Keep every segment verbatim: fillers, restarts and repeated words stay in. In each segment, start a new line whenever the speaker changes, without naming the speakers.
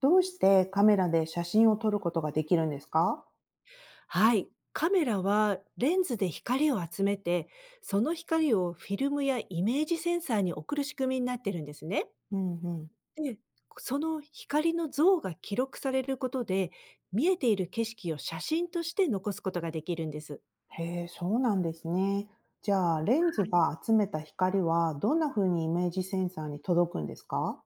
どうしてカメラで写真を撮ることができるんですか？
はい。カメラはレンズで光を集めて、その光をフィルムやイメージセンサーに送る仕組みになってるんですね。
うんうん。
で、その光の像が記録されることで、見えている景色を写真として残すことができるんです。
へえ、そうなんですね。じゃあ、レンズ
はい、
が集めた光はどんな風にイメージセンサーに届くんですか？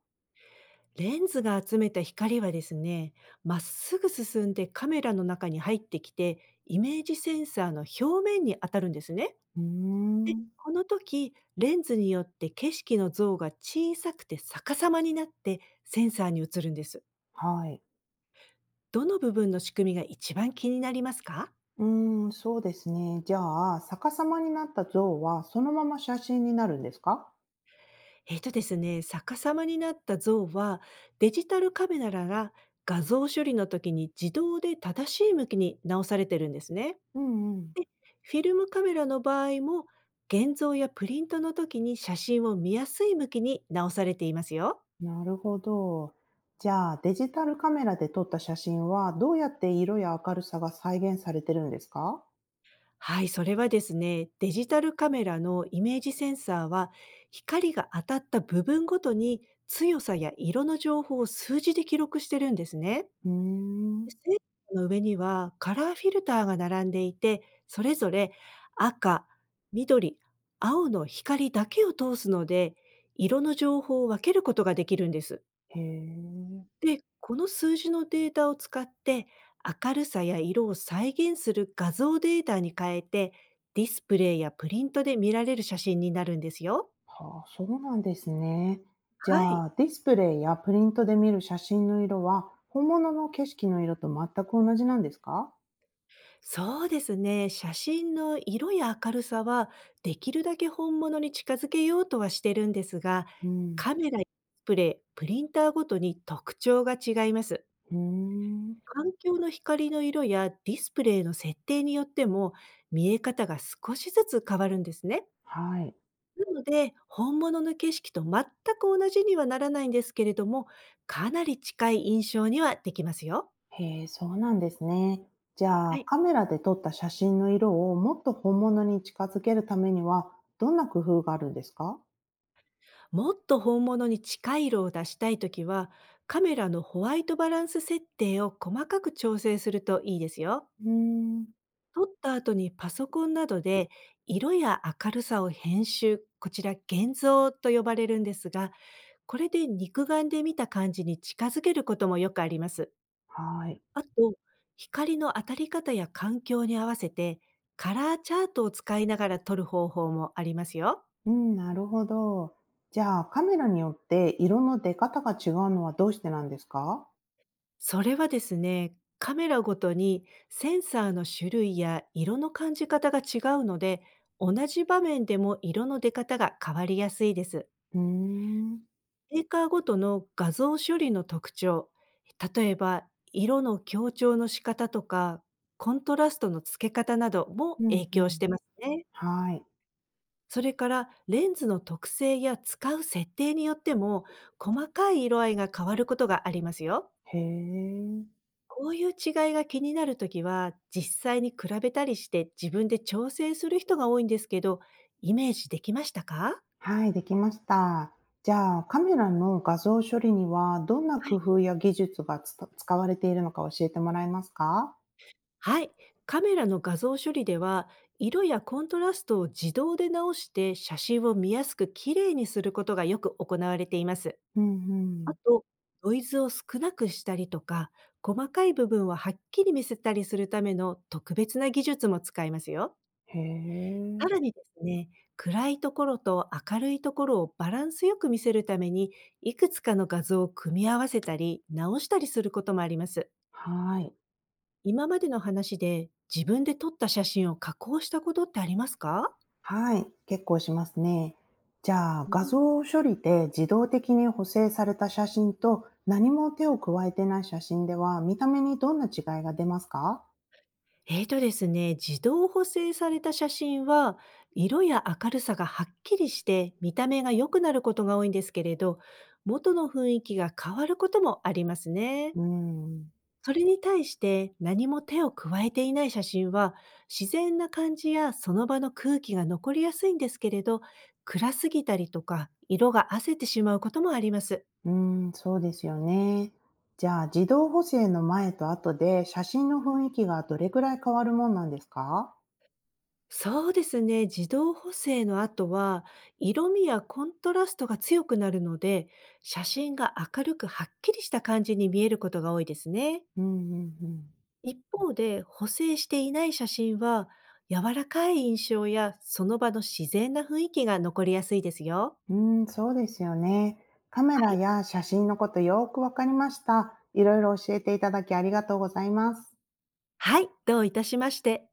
レンズが集めた光はですね、まっすぐ進んでカメラの中に入ってきて、イメージセンサーの表面に当たるんですね。
うー
で、
ん。
この時、レンズによって景色の像が小さくて逆さまになってセンサーに映るんです。
はい。
どの部分の仕組みが一番気になりますか？
うーん、そうですね。じゃあ、逆さまになった像はそのまま写真になるんですか？
えっ、とですね、逆さまになった像はデジタルカメラなら画像処理の時に自動で正しい向きに直されてるんですね。
うんうん。
フィルムカメラの場合も現像やプリントの時に写真を見やすい向きに直されていますよ。
なるほど。じゃあ、デジタルカメラで撮った写真はどうやって色や明るさが再現されてるんですか？
はい、それはですね、デジタルカメラのイメージセンサーは、光が当たった部分ごとに強さや色の情報を数字で記録してるんですね。
うー
で
ん。
センサーの上にはカラーフィルターが並んでいて、それぞれ赤、緑、青の光だけを通すので、色の情報を分けることができるんです。
へえ。
で、この数字のデータを使って、明るさや色を再現する画像データに変えて、ディスプレイやプリントで見られる写真になるんですよ。
はあ、そうなんですね。じ
は
ゃ
い。
あ、ディスプレイやプリントで見る写真の色は、本物の景色の色と全く同じなんですか？
そうですね。写真の色や明るさは、できるだけ本物に近づけようとはしてるんですが、
うん。
カメラやディスプレイ、プリンターごとに特徴が違います。
うーん。
環境の光の色やディスプレイの設定によっても、見え方が少しずつ変わるんですね。
はい。
なので、本物の景色と全く同じにはならないんですけれども、かなり近い印象にはできますよ。
へえ、そうなんですね。じゃあ、
はい。
カメラで撮った写真の色をもっと本物に近づけるためには、どんな工夫があるんですか？
もっと本物に近い色を出したいときは、カメラのホワイトバランス設定を細かく調整するといいですよ。
うーん。
撮った後にパソコンなどで色や明るさを編集、こちら現像と呼ばれるんですが、これで肉眼で見た感じに近づけることもよくあります。
はい。
あと、光の当たり方や環境に合わせて、カラーチャートを使いながら撮る方法もありますよ。
うん、なるほど。じゃあ、カメラによって色の出方が違うのはどうしてなんですか？
それはですね、カメラごとにセンサーの種類や色の感じ方が違うので、同じ場面でも色の出方が変わりやすいです。
うーん。
メーカーごとの画像処理の特徴、例えば色の強調の仕方とか、コントラストの付け方なども
うん、
影
う
響し
ん。
てますね。
はい。
それからレンズの特性や使う設定によっても細かい色合いが変わることがありますよ。
へえ。
こういう違いが気になるときは実際に比べたりして自分で調整する人が多いんですけど、イメージできましたか？
はい、できました。じゃあ、カメラの画像処理にはどんな
は
工
い。
夫や技術がつた使われているのか教えてもらえますか？
はい。カメラの画像処理では色やコントラストを自動で直して写真を見やすく綺麗にすることがよく行われています。
うんう
あ
ん。
と、ノイズを少なくしたりとか、細かい部分をはっきり見せたりするための特別な技術も使えますよ。
へえ。
さらにですね、暗いところと明るいところをバランスよく見せるために、いくつかの画像を組み合わせたり、直したりすることもあります。
はい。
今までの話で自分で撮った写真を加工したことってありますか？
はい、結構しますね。じゃあ、
う
画
ん、
像処理で自動的に補正された写真と、何も手を加えてない写真では、見た目にどんな違いが出ますか？
えーとですね、自動補正された写真は、色や明るさがはっきりして見た目が良くなることが多いんですけれど、元の雰囲気が変わることもありますね。
うん。
それに対して何も手を加えていない写真は、自然な感じやその場の空気が残りやすいんですけれど、暗すぎたりとか、色が褪せてしまうこともあります。
うーん、そうですよね。じゃあ、自動補正の前と後で写真の雰囲気がどれくらい変わるもんなんですか？
そうですね。自動補正の後は、色味やコントラストが強くなるので、写真が明るくはっきりした感じに見えることが多いですね。
うんうんうん。
一方で、補正していない写真は、柔らかい印象やその場の自然な雰囲気が残りやすいですよ。
うーん、そうですよね。カメ
は
ラ
い。
や写真のことよーくわかりました。いろいろ教えていただきありがとうございます。
はい、どういたしまして。